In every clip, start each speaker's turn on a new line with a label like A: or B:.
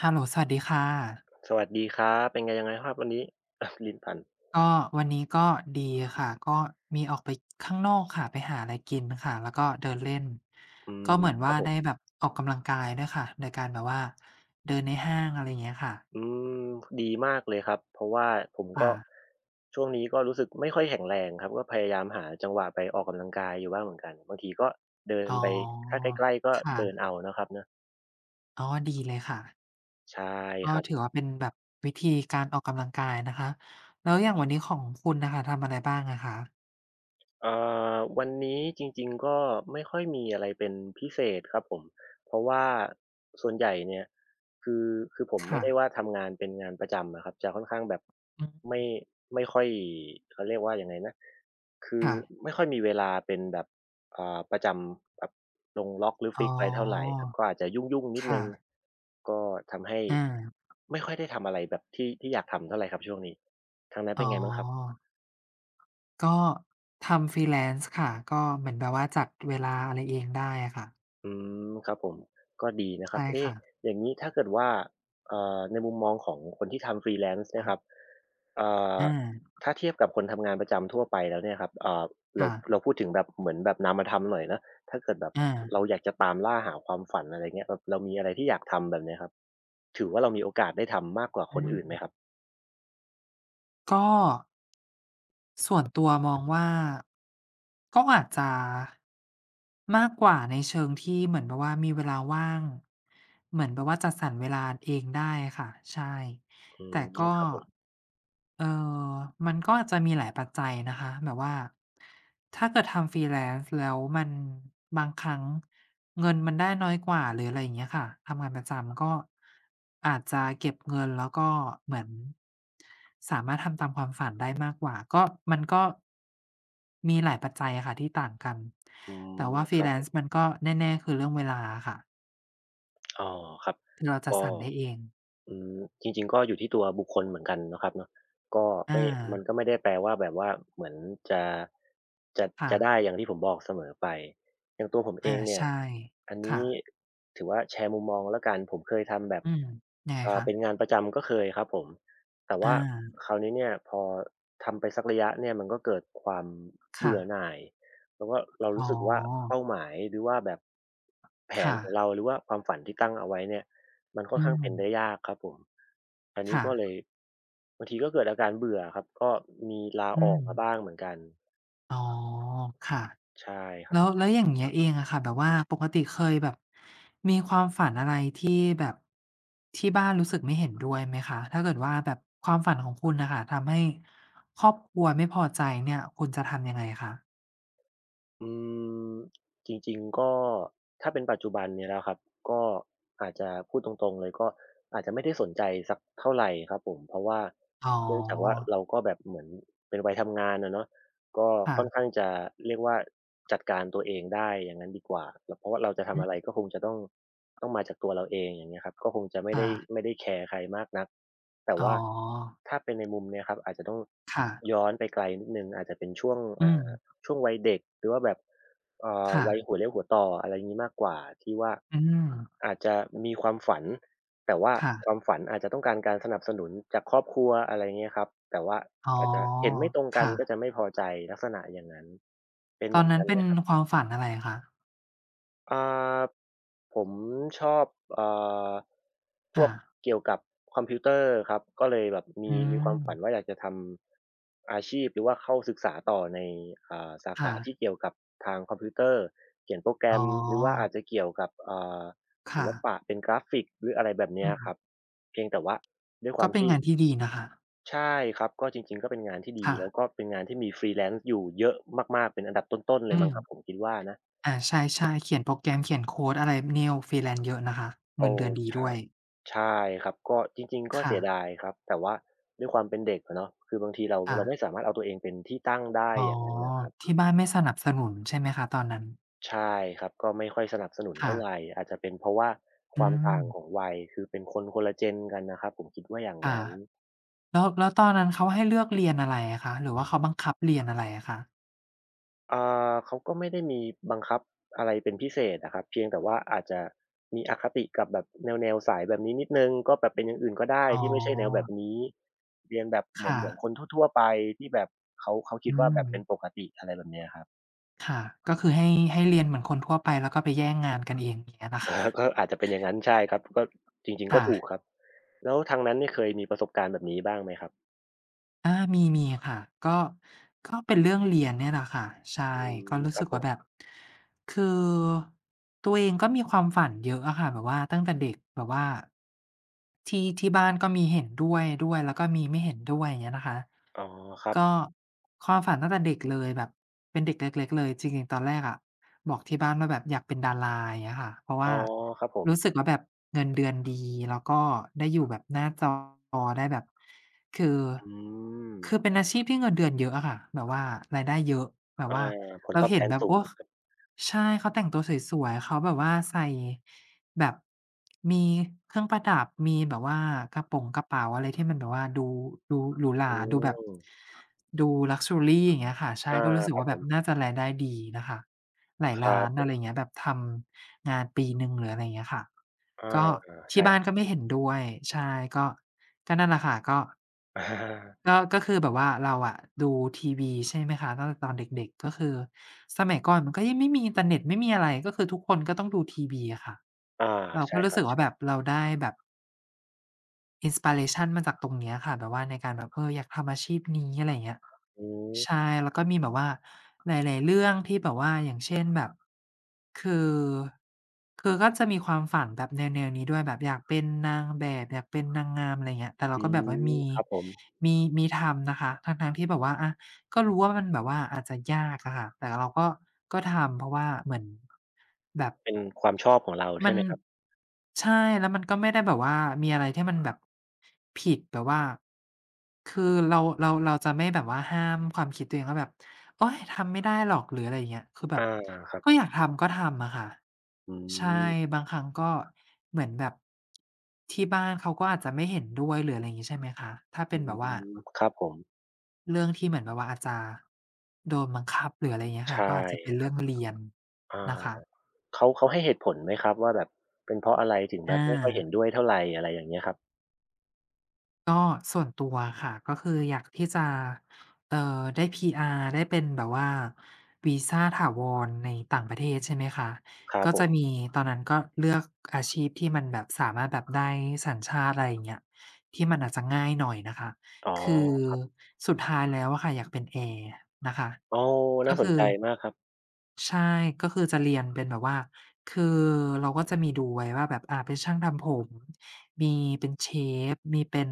A: ฮัลโหลสวัสดีค่ะ
B: สวัสดีครับ เป็นไงยังไงครับวันนี้ ลิ้นพัน
A: ก็วันนี้ก็ดีค่ะ ก็มีออกไปข้างนอกค่ะไปหาอะไรกินค่ะแล้วก็เดินเล่น
B: อืม
A: ก็เหมือน
B: ครั
A: ว่า
B: บผ
A: ได้
B: ม
A: แบบออกกำลังกายด้วยค่ะโดยการแบบว่าเดินในห้างอะไรอย่างเงี้ยค่ะ
B: อืมดีมากเลยครับ เพราะว่าผมก็
A: ค่ะ
B: ช่วงนี้ก็รู้สึกไม่ค่อยแข็งแรงครับ ก็พยายามหาจังหวะไปออกกำลังกายอยู่บ้างเหมือนกัน บางทีก็เดิน
A: อ๋อ
B: ไป ถ้าใกล้ๆก็เดิน
A: ค่ะ
B: เอานะครับเนาะ
A: อ๋อดีเลยค่ะ
B: ใช่ค
A: ก็
B: รั
A: ถือ
B: บ
A: ว่าเป็นแบบวิธีการออกกำลังกายนะคะ แล้วอย่างวันนี้ของคุณน่ะค่ะทำอะไรบ้างอะคะ
B: เอ่วันนี้จริงๆก็ไม่ค่อยมีอะไรเป็นพิเศษครับผมเพราะว่าส่วนใหญ่เนี่ยคือคือผมไม่
A: ค่ะ
B: ได้ว่าทำงานเป็นงานประจำอะครับจะค่อนข้างแบบ
A: อืม
B: ไม่ไม่ค่อยเขาเรียกว่ายังไงนะคือ
A: ค่ะ
B: ไม่ค่อยมีเวลาเป็นแบบประจำแบบลงล็อกหรือ
A: อ๋อ
B: ฟิกซ์ไว้เท่าไรครับก็อาจจะยุ่งๆนิดห
A: ค่ะ
B: นึ่งก็ทำให้
A: อา
B: ไม่ค่อยได้ทำอะไรแบบที่อยากทำเท่าไรครับช่วงนี้ทางนั้นเป็
A: อ๋อ
B: นไงบ้างครับ
A: ก็ทำ freelance ค่ะก็เหมือนแบบว่าจัดเวลาอะไรเองได้อะค่ะ
B: อืมครับผมก็ดีนะครับ
A: ใช่
B: เอ๊ะ
A: ค่ะ
B: อย่างนี้ถ้าเกิดว่าในมุมมองของคนที่ทำ Freelance เนี่ยครับ
A: ค่ะ
B: เอ่อ
A: อา
B: ถ้าเทียบกับคนทำงานประจำทั่วไปแล้วเนี่ยครับเรา
A: ค่ะ
B: เราพูดถึงแบบเหมือนแบบนามธรรมหน่อยนะถ้าเกิดแบบ
A: อา
B: เราอยากจะตามล่าหาความฝันอะไรเงี้ยแบบเรามีอะไรที่อยากทำแบบเนี้ยครับถือว่าเรามีโอกาสได้ทำมากกว่าค
A: อื
B: น
A: ม
B: อื่นไหมครับ
A: ก็ส่วนตัวมองว่าก็อาจจะมากกว่าในเชิงที่เหมือนแบบว่ามีเวลาว่างเหมือนแบบว่าจัดสรรเวลาเองได้ค่ะใช่
B: อื
A: แต่
B: ม
A: ก็
B: ครับผม
A: เอ่อมันก็อาจจะมีหลายปัจจัยนะคะแบบว่าถ้าเกิดทำ Freelance แล้วมันบางครั้ง เงินมันได้น้อยกว่าหรืออะไรอย่างเงี้ยค่ะทำงานประจำก็อาจจะเก็บเงินแล้วก็เหมือนสามารถทำตามความฝันได้มากกว่าก็มันก็มีหลายปัจจัยอะค่ะที่ต่างกัน
B: อืม
A: แต่ว่า
B: ครับ
A: Freelance มันก็แน่ๆคือเรื่องเวลาอะค่ะ
B: อ๋อครับ
A: คือเราจัด
B: ก็
A: สรรได้เอง
B: อืมจริงๆก็อยู่ที่ตัวบุคคลเหมือนกันนะครับเนาะก็
A: อา
B: ไม่มันก็ไม่ได้แปลว่าแบบว่าเหมือนจะจะ
A: ค่ะ
B: จะได้อย่างที่ผมบอกเสมอไปอย่างตัวผมเอ
A: อา
B: งเนี่ย
A: ใช่
B: อันนี้
A: ค่ะ
B: ถือว่าแชร์มุมมองแล้วกันผมเคยทำแบบ
A: อืมยังไงคะ
B: เป็นงานประจำก็เคยครับผมแต่ว่า
A: อา
B: คราวนี้เนี่ยพอทำไปสักระยะเนี่ยมันก็เกิดความ
A: ค่ะ
B: เบื่อหน่ายแล้วก็เรา
A: อ๋
B: รู้
A: อ
B: สึกว่าเป้าหมายหรือว่าแบบแผนของเรา
A: ค่ะ
B: หรือว่าความฝันที่ตั้งเอาไว้เนี่ย มันค่อน
A: อื
B: ข้าง
A: ม
B: เป็นได้ยากครับผม อันนี้
A: ค่ะ
B: ก็เลยบางทีก็เกิดอาการเบื่อครับ ก็มีลา
A: อื
B: ออก
A: ม
B: มาบ้างเหมือนกัน
A: อ๋อค่ะ
B: ใช่ครั
A: แล้
B: บ
A: วแล้วอย่างเงี้ยเองอะค่ะแบบว่าปกติเคยแบบมีความฝันอะไรที่แบบที่บ้านรู้สึกไม่เห็นด้วยไหมคะถ้าเกิดว่าแบบความฝันของคุณน่ะค่ะทำให้ครอบครัวไม่พอใจเนี่ยคุณจะทำยังไงคะ
B: อืมจริงๆก็ถ้าเป็นปัจจุบันเนี่ยนะครับก็อาจจะพูดตรงๆเลยก็อาจจะไม่ได้สนใจสักเท่าไรครับผมเพราะว่า
A: อ๋
B: เนื่องจากว่า
A: อ
B: เราก็แบบเหมือนเป็นวัยทำงานอะเนาะก็ค่อนข้า
A: ค่ะ
B: งจะเรียกว่าจัดการตัวเองได้อย่างงั้นดีกว่าแล้วเพราะว่าเราจะ
A: อื
B: ทำ
A: อ
B: อะไรก็คงจะต้องมาจากตัวเราเองอย่างเงี้ยครับก็คงจะไม่ได้
A: ค่ะ
B: แคร์ใครมากนักแต่
A: อ๋
B: ว่า
A: อ
B: ถ้าเป็นในมุมเนี้ยครับอาจจะต้อง
A: ค่ะ
B: ย้อนไปไกลนิดหนึ่งอาจจะเป็นช่วง
A: อืม
B: ช่วงวัยเด็กหรือว่าแบบ
A: ค่ะ
B: วัยหัวเลี้ยวหัวต่ออะไรงี้มากกว่าที่ว่า
A: อืม
B: อาจจะมีความฝันแต่ว่า
A: ค่ะ
B: ความฝันอาจจะต้องการการสนับสนุนจากครอบครัวอะไรเงี้ยครับแต่ว่า
A: อ๋อ
B: อาจจะเห็นไม่ตรงกันก็จะ
A: ค่ะ
B: ไม่พอใจลักษณะอย่างนั้นเป็น
A: ต
B: เห
A: อ
B: มื
A: น
B: อน
A: นั้
B: กั
A: น
B: นไห
A: เป็
B: ม
A: นความฝันอะไรคะ
B: อ่าผมชอบเอ่าพว
A: ค่ะ
B: กเกี่ยวกับคอมพิวเตอร์ครับก็เลยแบบ
A: อื
B: มีความ
A: ม
B: ฝันว่าอยากจะทำอาชีพหรือว่าเข้าศึกษาต่อในสาขา
A: ค่ะ
B: ที่เกี่ยวกับทางคอมพิวเตอร์เขียนโปรแกร
A: อ๋
B: มหรือว่าอา
A: อ
B: จจะเกี่ยวกับศิ
A: ค่ะ
B: ลปะเป็นกราฟิกหรืออะไรแบบเนี้
A: อื
B: ยครับ
A: ม
B: เพียงแต่ว่าด้วยควา
A: ก็
B: ม
A: เป็น
B: ที่
A: งานที่ดีนะคะ
B: ใช่ครับก็จริงๆก็เป็นงานที่ดี
A: ค่ะ
B: แล้วก็เป็นงานที่มี Freelance อยู่เยอะมากๆเป็นอันดับต้นๆเลย
A: อื
B: มั้
A: ม
B: งครับผมคิดว่านะ
A: อาใช่ๆเขียนโปรแกรมเขียนโคดอะไรเนี่ย freelance เยอะนะคะ เงิ
B: โอ้
A: นเดือนดี
B: ใช่
A: ด้วย
B: ใช่ครับก็จริงๆก็
A: ค่ะ
B: เสียดายครับแต่ว่าด้วยความเป็นเด็กอะเนาะคือบางทีเราไม่
A: ค่ะ
B: สามารถเอาตัวเองเป็นที่ตั้งได้
A: อ๋อ
B: อย่างนั้นนะครับ
A: ที่บ้านไม่สนับสนุนใช่ไหมคะ ตอนนั้น
B: ใช่ครับก็ไม่ค่อยสนับสนุน
A: ค่ะ
B: เท่าไรอาจจะเป็นเพราะว่าค
A: อื
B: วามต่างของ
A: ม
B: วัยคือเป็นคนคนละ Gen กันนะครับผมคิดว่าอย่าง
A: ค่ะ
B: นั้น
A: แล้วแล้วตอนนั้นเขาให้เลือกเรียนอะไรอะคะหรือว่าเขาบังคับเรียนอะไรอะคะ
B: อ่เขาก็ไม่ได้มีบังคับอะไรเป็นพิเศษอะครับเพียงแต่ว่าอาจจะมีอคติกับแบบแนวๆสายแบบนี้นิดหนึ่งก็แบบเป็นอย่างอื่นก็ได้
A: อ๋อ
B: ที่ไม่ใช่แนวแบบนี้เรียนแบบเหมือน
A: ค่ะ
B: เหมือนคนทั่วๆไปที่แบบเขาคิด
A: อื
B: ว่า
A: ม
B: แบบเป็นปกติอะไรแบบเนี้ยครับ
A: ค่ะก็คือให้ให้เรียนเหมือนคนทั่วไปแล้วก็ไปแย่งงานกันเองอย่างเงี้ยนะ
B: อา
A: คะ
B: ก็อาจจะเป็นอย่างงั้น ใช่ครับก็จริงๆก็
A: ค่ะ
B: ถูกครับแล้วทางนั้นนี่เคยมีประสบการณ์แบบนี้บ้างไหมครับ
A: อามีมีค่ะก็ก็เป็นเรื่องเรียนเนี่ยแหละค่ะใช่
B: อื
A: ก็
B: ม
A: รู้
B: ครั
A: สึ
B: บ
A: ก
B: ผ
A: ว่า
B: ม
A: แบบคือตัวเองก็มีความฝันเยอะอะค่ะแบบว่าตั้งแต่เด็กแบบว่าที่ที่บ้านก็มีเห็นด้วยด้วยแล้วก็มีไม่เห็นด้วยอย่างเงี้ยนะคะ
B: อ๋อครับ
A: ก็ความฝันตั้งแต่เด็กเลยแบบเป็นเด็กเล็กๆเลยจริงๆตอนแรกอะบอกที่บ้านว่าแบบอยากเป็นดาราอย่างเงี้ยค่ะเพราะ
B: อ๋
A: ว่า
B: อครับผม
A: รู้สึกว่าแบบเงินเดือนดีแล้วก็ได้อยู่แบบหน้าจอได้แบบคือ
B: อืม
A: คือเป็นอาชีพที่เงินเดือนเยอะอะค่ะแบบว่ารายได้เยอะแบบ
B: อา
A: ว่า
B: ผล
A: เรา
B: ตอบ
A: เห็
B: แท
A: น
B: น
A: แบบ
B: สู
A: โอ้
B: งครับ
A: ใช่เขาแต่งตัวสวยๆเขาแบบว่าใส่แบบมีเครื่องประดับมีแบบว่ากระโป๋งกระเป๋าอะไรที่มันแบบว่าดูดูหรูหรา
B: อื
A: ดูแบบ
B: ม
A: ดู luxury อย่างเงี้ยค่ะใช่
B: อา
A: ก็รู้สึ
B: ค
A: ก
B: รับ
A: ว่า
B: ผ
A: แบ
B: ม
A: บน่าจะรายได้ดีนะคะหลาย
B: ครั
A: ล้า
B: บ
A: น
B: ผ
A: อะไรอย่า
B: ม
A: งเงี้ยแบบทำงานปีหนึ่งหรืออะไรอย่างเงี้ยค่ะ
B: อา
A: ก็ที่
B: ใช่
A: บ้านก็ไม่เห็นด้วยใช่ก็ก็นั่นแหละค่ะก็ ก็ก็คือแบบว่าเราอะดูทีวีใช่ไหมคะตั้งแต่ตอนเด็กๆก็คือสมัยก่อนมันก็ยังไม่มีอินเทอร์เน็ตไม่มีอะไรก็คือทุกคนก็ต้องดูทีวีอะค่ะ
B: อาอา
A: เรา
B: ใช่
A: ก็
B: ค
A: รู้
B: รั
A: สึ
B: บ
A: กว่าแบบ
B: ใช่
A: เราได้แบบ อินสไพเรชันมาจากตรงเนี้ยค่ะแบบว่าในการแบบอยากทำอาชีพนี้อะไรอย่างเงี้ย
B: อืม
A: ใช่แล้วก็มีแบบว่าหลายๆเรื่องที่แบบว่าอย่างเช่นแบบคือคือก็จะมีความฝันแบบแนวๆนี้ด้วยแบบอยากเป็นนางแบบอยากเป็นนางงามอะไรอย่างเงี้ยแต่เรา
B: อื
A: ก็แบบว่า
B: ม
A: มี
B: ครับผม
A: มีทำนะคะทั้งๆที่แบบว่าอะก็รู้ว่ามันแบบว่าอาจจะยากอะค่ะแต่เราก็ก็ทำเพราะว่าเหมือนแบบ
B: เป็นความชอบของเราใช่
A: มัน
B: ไหมครับ
A: ใช่แล้วมันก็ไม่ได้แบบว่ามีอะไรที่มันแบบผิดแบบว่าคือเราจะไม่แบบว่าห้ามความคิดตัวเองว่าแบบโอ๊ยทำไม่ได้หรอกหรืออะไรอย่างเงี้ยคือแบ
B: อา
A: บ
B: ครับ
A: ก็อยากทำก็ทำอะค่ะ
B: อื
A: ใช่
B: ม
A: บางครั้งก็เหมือนแบบที่บ้านเขาก็อาจจะไม่เห็นด้วยหรืออะไรอย่างงี้ใช่ไหมคะถ้าเป็
B: อื
A: นแบบว่า
B: มครับผม
A: เรื่องที่เหมือนแบบว่าอาจจะโดนบังคับหรืออะไรอย่างเงี้ยค่ะ
B: ใช่
A: ก็อาจจะเป็น
B: ค
A: เรื่
B: รั
A: อง
B: บ
A: เรียน
B: อ
A: นะ
B: า
A: คะ
B: เขาให้เหตุผลไหมครับว่าแบบเป็นเพราะอะไรถึงแบบ
A: อา
B: ไม่ค่อยเห็นด้วยเท่าไรอะไรอย่างเงี้ยครับ
A: ก็ส่วนตัวค่ะก็คืออยากที่จะได้ PR ได้เป็นแบบว่าวีซาถาวรในต่างประเทศใช่ไหมคะ
B: ครับ
A: ก็
B: ผ
A: จะ
B: ม
A: มีตอนนั้นก็เลือกอาชีพที่มันแบบสามารถแบบได้สัญชาติอะไรอย่างเงี้ยที่มันอาจจะง่ายหน่อยนะคะ
B: อ๋อ
A: คือสุดท้ายแล้วอะค่ะอยากเป็นแอร์นะคะ
B: โอ้
A: ก็
B: น่าสน
A: คื
B: ใจ
A: อ
B: มากครับ
A: ใช่ก็คือจะเรียนเป็นแบบว่าคือเราก็จะมีดูไว้ว่าแบบเป็นช่างทำผม มีเป็นเชฟมีเป็น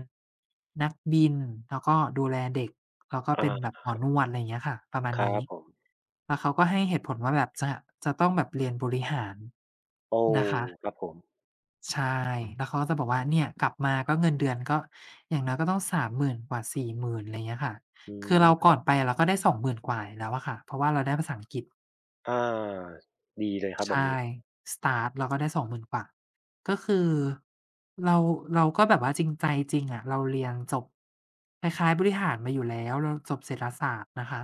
A: นักบิน แล้วก็ดูแลเด็กแล้วก็เป็นแบ
B: อา
A: บหมอนวดอะไรอย่างเงี้ยค่ะประมาณ
B: ครั
A: นี้
B: บผม
A: แล้วเขาก็ให้เหตุผลว่าแบบจะจะต้องแบบเรียนบริหาร
B: โอ้
A: นะคะ
B: ครับผม
A: ใช่แล้วเขาก็จะบอกว่าเนี่ยกลับมาก็เงินเดือนก็อย่างน้อยก็ต้องสามหมื่นกว่า 40,000" อะไรอย่างเงี้ยค่ะ
B: อื
A: คือเราก่อ
B: ม
A: นไปเราก็ได้20,000กว่าอยู่แล้วอะค่ะเพราะว่าเราได้ภาษาอังกฤษ
B: อาดีเลยครับแบบนี้
A: ใช่สตาร์ตเราก็ได้สองหมื่นกว่าก็คือเราเราก็แบบว่าจริงใจจริงอะเราเรียนจบคล้ายๆบริหารมาอยู่แล้วเราจบเศรษฐศาสตร์นะคะ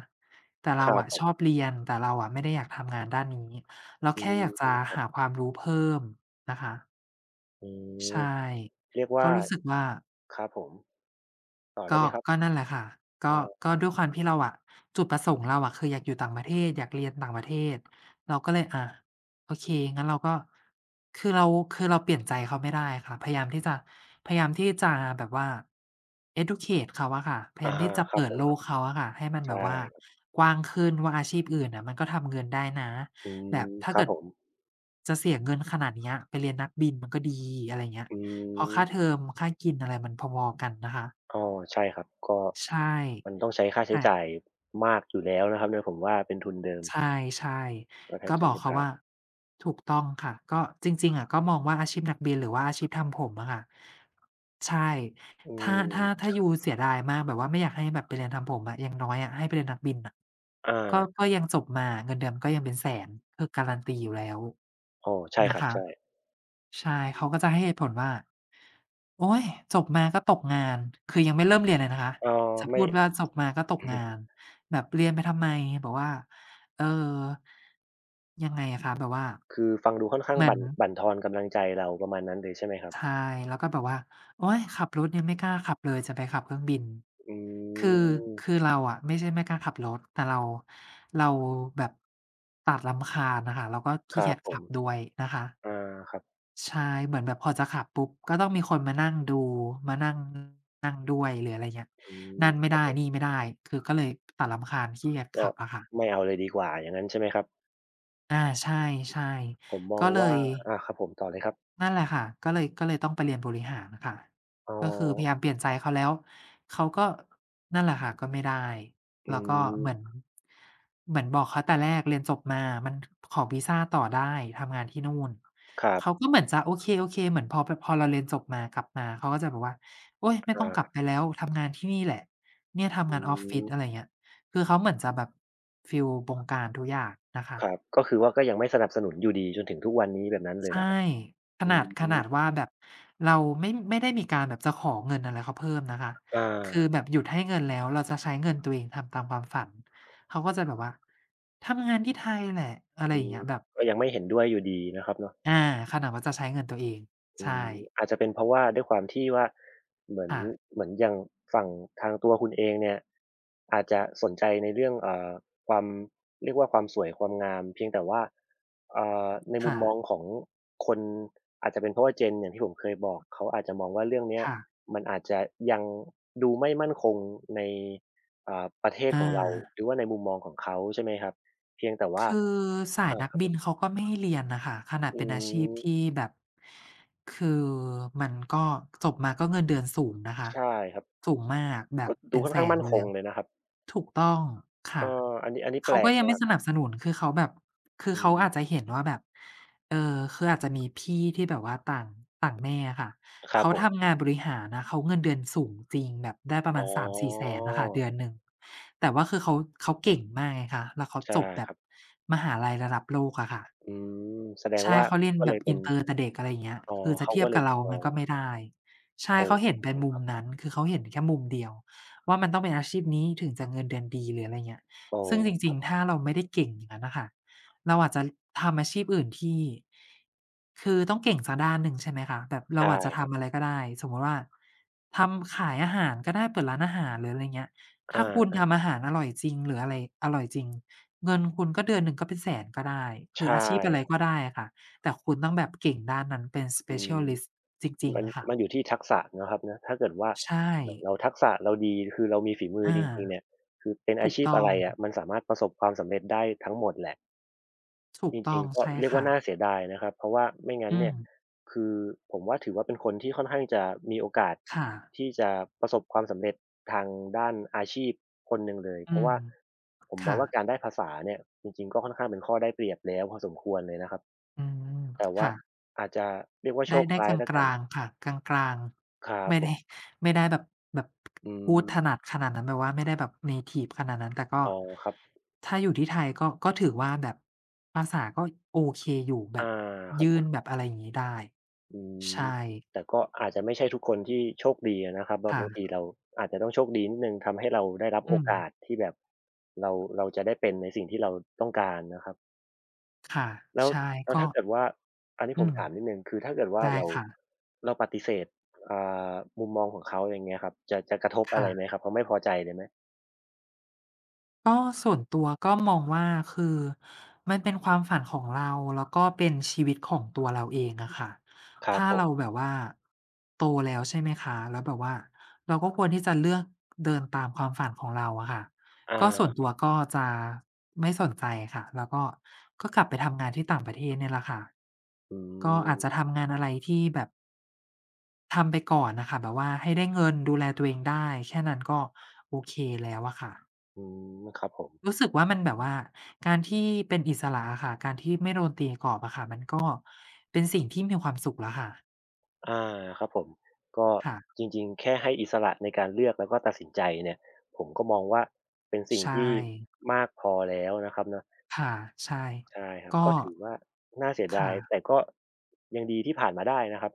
A: แต่
B: ค
A: เรา
B: รับ
A: อะ
B: ผ
A: ช
B: ม
A: อบเรียนแต่เราอะไม่ได้อยากทำงานด้านนี้เรา
B: อื
A: แค่อยากจะ
B: ม
A: หาความรู้เพิ่มนะคะ
B: อืม
A: ใช่
B: เรียก
A: ก็
B: ว่า
A: รู้สึกว่า
B: ครับผมต่อได้
A: ก็
B: เลยครั
A: ก็
B: บ
A: นั่นแหละค่ะ
B: เอ
A: ก็ก็
B: า
A: ด้วยความที่เราอะจุดประสงค์เราอะคืออยากอยู่ต่างประเทศ อยากเรียนต่างประเทศ เราก็เลยโอเคงั้นเราก็ คือเราคือเราเปลี่ยนใจเขาไม่ได้ค่ะพยายามที่จะพยายามที่จะแบบว่า educate เขาอะค่ะพ
B: อ
A: ยา
B: อะ
A: ยาม
B: ฮะ
A: ที่จะ
B: ครับ
A: เปิ
B: ผ
A: ด
B: ม
A: โล
B: ครับ
A: กเขาอะค่ะให้มันแบ
B: ใช่
A: บว่า กว้างขึ้นว่าอาชีพอื่นน่ะมันก็ทำเงินได้นะ
B: อื
A: แบบ
B: ม
A: ถ้า
B: ครับ
A: เกิด
B: ผม
A: จะเสียเงินขนาดเนี้ยไปเรียนนักบินมันก็ดีอะไรอย่างเงี้ย
B: อื
A: เพราะค่าเท
B: ม
A: อมค่ากินอะไรมันพอๆกันนะคะ
B: อ้อใช่ครับก็
A: ใช่
B: มันต้องใช้ค่าใช้
A: แต่
B: จ่ายมากอยู่แล้วนะครับเนี่ยผมว่าเป็นทุนเดิม
A: ใช่
B: ก็แท
A: ๆ
B: บ
A: ก็
B: จะ
A: บอก
B: ไม่
A: เขา
B: ต่าง
A: ว่าถูกต้องค่ะก็จริงๆอะก็มองว่าอาชีพนักบินหรือว่าอาชีพทำผมอะค่ะใช่
B: อื
A: ถ้าถ้า
B: ม
A: ถ้ายูเสียดายมากแบบว่าไม่อยากให้แบบไปเรียนทำผมอะอย่างน้อยอะให้ไปเรียนนักบินน่ะ
B: อ
A: ก็ก็
B: า
A: ยังจบมาเงินเดือนก็ยังเป็นแสนคือการันตีอยู่แล้ว
B: อ้อใช่ค
A: นะ
B: รับใช่
A: คะ ใช่
B: อื
A: เขาก็จะให้
B: ม
A: เหตุผลว่าโอ๊ยจบมาก็ตกงานคือยังไม่เริ่มเรียนเลยนะคะ จะ
B: ไม่
A: พูดว่าจบมาก็ตกงา นแบบเรียนไปทำไมบอกว่าเอ่อยังไงอะคะแบบว่า
B: คือฟังดูค่อนข้าง
A: เหมือ
B: บั่
A: น
B: นทอนกำลังใจเราประมาณนั้นเลยใช่ไหมครับ
A: ใช่แล้วก็แบบว่าโอ๊ยขับรถยังไม่กล้าขับเลยจะไปขับเครื่องบิน
B: อื
A: คือ
B: ม
A: คือเราอะไม่ใช่ไม่กล้าขับรถแต่เราเราแบบตัดรำคาญน่ะค่ะเราก็
B: ค
A: ขี้
B: รั
A: เกี
B: บ
A: ยจ
B: ผ
A: ขั
B: ม
A: บด้วยนะคะ
B: อาครับ
A: ใช่เหมือนแบบพอจะขับปุ๊บ ก็ต้องมีคนมานั่งดู มานั่งนั่งด้วยหรืออะไรเงี้ย
B: อืม
A: นั่น
B: ค
A: ไม่
B: รับ
A: ได้
B: ผม
A: นี่ไม่ได้ คือก็เลยตัดรำคาญขี้เกียจ
B: ก็
A: ขับอะค่ะ
B: ไม่เอาเลยดีกว่าอย่างงั้นใช่ไหมครับ
A: ใช่
B: ผมม
A: ๆ
B: อง
A: ก็เล
B: ว่า
A: ย
B: อาครับผมต่อเลยครับ
A: นั่นแหละค่ะก็เลยก็เลยต้องไปเรียนบริหารค่ะ
B: อ๋อ
A: ก็คือพยายามเปลี่ยนใจเขาแล้วเขาก็นั่นแหละค่ะก็ไม่ได้
B: อื
A: แล้วก็
B: ม
A: เหมือนเหมือนบอกเขาแต่แรกเรียนจบมามันขอวีซาต่อได้ทำงานที่นู่น
B: ครับ
A: เขาก็เหมือนจะโอเคๆเหมือนพอเราเรียนจบมากลับมาเขาก็จะแบบว่าโอ๊ยไม่ต้องกลับ
B: อา
A: ไปแล้วทำงานที่นี่แหละเนี่ยทำ
B: อื
A: งานออฟฟิศ
B: ม
A: อะไรเงี้ยคือเขาเหมือนจะแบบฟีลบงการทุกอย่างนะคะ
B: ครับ ก็คือว่าก็ยังไม่สนับสนุนอยู่ดีจนถึงทุกวันนี้แบบนั้นเลยเหร
A: ใช่
B: อครับ
A: ข
B: อื
A: นาดขนา
B: ม
A: ดว่าแบบเราไม่ได้มีการแบบจะขอเงินอะไรเขาเพิ่มนะคะ
B: อา
A: คือแบบหยุดให้เงินแล้วเราจะใช้เงินตัวเองทำตามความฝันเขาก็จะแบบว่าทำงานที่ไทยแหละอะไร
B: อื
A: อย่าง
B: ม
A: เงี้ยแบบ
B: ก็ยังไม่เห็นด้วยอยู่ดีนะครับเนาะ
A: อาขนาดว่าจะใช้เงินตัวเอง
B: อื
A: ใช่
B: มอาจจะเป็นเพราะว่าด้วยความที่ว่าเหมือน
A: ค่ะ
B: เหมือนอย่างฝั่งทางตัวคุณเองเนี่ยอาจจะสนใจในเรื่องความเรียกว่าความสวยความงามเพียงแต่ว่าในมุม
A: ค่ะ
B: มองของคนอาจจะเป็นเพราะว่า Gen อย่างที่ผมเคยบอกเขาอาจจะมองว่าเรื่องเนี้ย
A: ค่ะ
B: มันอาจจะยังดูไม่มั่นคงในประเทศข
A: อา
B: องเราหรือว่าในมุมมองของเขาใช่ไหมครับเพียงแต่ว่า
A: คือสาย
B: อ่
A: นัก
B: า
A: บินเขาก็ไม่ให้เรียนน่ะค่ะขนาด
B: อื
A: เป็นอาชีพ
B: ม
A: ที่แบบคือมันก็จบมาก็เงินเดือนสูงนะคะ
B: ใช่ครับ
A: สูงมากแบ
B: ก็
A: บ
B: ดู
A: เป็น
B: ค่อน
A: แส
B: ข้าง
A: น
B: มั่น
A: อยู่
B: ค
A: แล้
B: ง
A: ว
B: เลยนะครับ
A: ถูกต้อง
B: เอ
A: ค่ะ
B: ออันนี้แปล
A: เขาก็
B: ก
A: ยัง
B: มา
A: ไม่
B: ก
A: ส
B: ครับ
A: นับสนุนคือเขาแบบคือ
B: อื
A: เขา
B: ม
A: อาจจะเห็นว่าแบบเอ่อคืออาจจะมีพี่ที่แบบว่าต่างต่างแม่อะค่ะ
B: ครับ
A: เขา
B: ผม
A: ทำงานบริหารนะเขาเงินเดือนสูงจริงแบบได้ประมา
B: อ๋
A: ณ
B: อ
A: 3-400,000นน่ะค่ะเดือนหนึ่งแต่ว่าคือเขาเขาเก่งมากไงคะแล้วเขา
B: ใช่
A: จบแบ
B: ค
A: บ
B: รับ
A: มหาลัยระดับโลกอะค่ะ
B: อืมแสดง
A: ใช่
B: ว่า
A: เขาเรียน
B: ก็
A: แบ
B: เลย
A: บ
B: เป็
A: อิ
B: น
A: นเตอร์แต่เด็กอะไรอย่างเงี้ย
B: อ๋อ
A: คือจะ
B: เขา
A: เทีย
B: ก็
A: บ
B: เลย
A: กับเรา
B: มอ
A: มัน
B: ง
A: ก็ไม่ได้ใช่
B: โอ
A: เขาเห็น
B: ้
A: เป็นมุมนั้นคือเขาเห็นแค่มุมเดียวว่ามันต้องเป็นอาชีพนี้ถึงจะเงินเดือนดีหรืออะไรเงี้ย
B: โอ
A: ซึ่งจ
B: ้
A: ริงๆ ถ้าเราไม่ได้เก่งอย่างนั้นน่ะค่ะเราอาจจะทำอาชีพอื่นที่คือต้องเก่งสักด้านหนึ่งใช่ไหมคะแบบเรา
B: ใช่
A: อาจจะ
B: ครั
A: ทำอะไร
B: บ
A: ก็ได้สมมุติว่าทำขายอาหารก็ได้เปิดร้านอาหารหรืออะไรเงี้ย
B: อา
A: ถ้าคุณ
B: ครั
A: ทำ
B: บ
A: อาหารอร่อยจริงหรืออะไรอร่อยจริง เงินคุณก็เดือนหนึ่งก็เป็นแสนก็ได้คือ
B: ใช่
A: อาชีพอะไร
B: ครั
A: ก็
B: บ
A: ได้อะค่ะแต่คุณต้องแบบเก่งด้านนั้นเป็น
B: อื
A: specialist
B: ม
A: จริงๆอะค่ะ
B: มันอยู่ที่ทักษะเนาะครับเนาะถ้าเกิดว่า
A: ใช่
B: เหมือนเราทักษะเราดีคือเรามีฝีมือ
A: อา
B: จริงๆเนี่ยคือเป็นอา
A: ถูก
B: ชีพ
A: ต้
B: อะ
A: อ
B: ไร
A: ง
B: อะมันสามารถประสบความสำเร็จได้ทั้งหมดแหละ
A: ถู
B: จ
A: ก
B: ริ
A: ต้
B: ง
A: อง
B: ๆก็
A: ใช่
B: เรียกว่า
A: ค่ะ
B: น่าเสียดายนะครับเพราะว่าไม่งั้น
A: อืม
B: เนี่ยคือผมว่าถือว่าเป็นคนที่ค่อนข้างจะมีโอกาส
A: ค่ะ
B: ที่จะประสบความสำเร็จทางด้านอาชีพคนหนึ่งเลยเพ
A: อื
B: ราะ
A: ม
B: ว่าผมมอง
A: ค่ะ
B: ว่าการได้ภาษาเนี่ยจริงๆก็ค่อนข้างเป็นข้อได้เปรียบแล้วพอสมควรเลยนะครับ
A: อืม
B: แต่ว่า
A: ค่ะ
B: อาจจะเรียกว่าโช
A: ได้
B: ค
A: ได้
B: ร้า
A: ก
B: ย
A: ลา
B: แล้วกัน
A: งๆค่ะกลาง
B: ครั
A: ๆ
B: บ
A: ไม่
B: ผม
A: ได้ไม่ได้แบบแบบ
B: อื
A: พู
B: ม
A: ดถนัดขนาดนั้นแบบว่าไม่ได้แบบเนทิฟขนาดนั้นแต่ก็
B: อ๋อครับ
A: ถ้าอยู่ที่ไทยก็ก็ถือว่าแบบภาษาก็โอเคอยู่แบ
B: อา
A: บ
B: ครับผ
A: ยื่นแบ
B: ม
A: บอะไรอย่างงี้ได้
B: อืม
A: ใช่
B: แต่ก็อาจจะไม่ใช่ทุกคนที่โชคดีอะนะครับบางที
A: ค่ะ
B: เราอาจจะต้องโชคดีนิดหนึ่งทำให้เราได้รับ
A: อื
B: โอกาส
A: ม
B: ที่แบบเราเราจะได้เป็นในสิ่งที่เราต้องการนะครับ
A: ค่ะ
B: แล้ว
A: ใช่
B: แล้ว
A: ก็
B: ถ้าเกิดว่าอันนี้
A: อื
B: ผมถาม
A: ม
B: นิดหนึ่งคือถ้าเกิดว่า
A: ได้ค่ะ
B: เราปฏิเสธอ่ามุมมองของเขาอย่างเงี้ยครับจะกระทบอะไรไหม
A: ค่ะ
B: ครับเขาไม่พอใจเลยไหม
A: ก็ส่วนตัวก็มองว่าคือมันเป็นความฝันของเราแล้วก็เป็นชีวิตของตัวเราเองอะค่ะ
B: ครับ
A: ถ้า
B: ผ
A: เรา
B: ม
A: แบบว่าโตแล้วใช่ไหมคะแล้วแบบว่าเราก็ควรที่จะเลือกเดินตามความฝันของเราอะค่ะ
B: อ
A: ก็ส่วน
B: า
A: ตัวก็จะไม่สนใจค่ะแล้วก็ก็กลับไปทำงานที่ต่างประเทศเนี่ยแหละค่ะ
B: อื
A: ก็อาจจะ
B: ม
A: ทำงานอะไรที่แบบทำไปก่อนน่ะค่ะแบบว่าให้ได้เงินดูแลตัวเองได้แค่นั้นก็โอเคแล้วอะค่ะ
B: อืมครับผม
A: รู้สึกว่ามันแบบว่าการที่เป็นอิสระอะค่ะการที่ไม่โดนตีกรอบอะค่ะมันก็เป็นสิ่งที่มีความสุขแล้วค่ะ
B: อาครับผมก็
A: ค่ะ
B: จริงๆแค่ให้อิสระในการเลือกแล้วก็ตัดสินใจเนี่ยผมก็มองว่าเป็นสิ่ง
A: ใช่
B: ที่มากพอแล้วนะครับเนาะ
A: ค่ะใช่
B: ใช่ครับ
A: ก็
B: ก็ถือว่าน่าเสียดาย
A: ค่ะ
B: แต่ก็ยังดีที่ผ่านมาได้นะครับ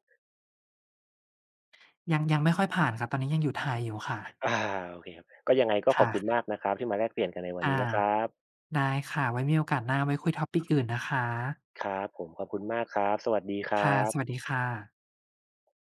A: ยังยังไม่ค่อยผ่านค่ะตอนนี้ยังอยู่ไทยอยู่ค่ะ
B: อาโอเคครับก็ยังไงก็ขอบคุณ
A: ค่ะ
B: มากนะครับที่มาแลกเปลี่ยนกันในวันนี้
A: อา
B: นะครับ
A: ได้ค่ะไว้มีโอกาสหน้าไว้คุย topic อื่นนะคะ
B: ครับผมขอบคุณมากครับสวัสดีครั
A: ค่ะสวัส
B: บ
A: ดีค่ะ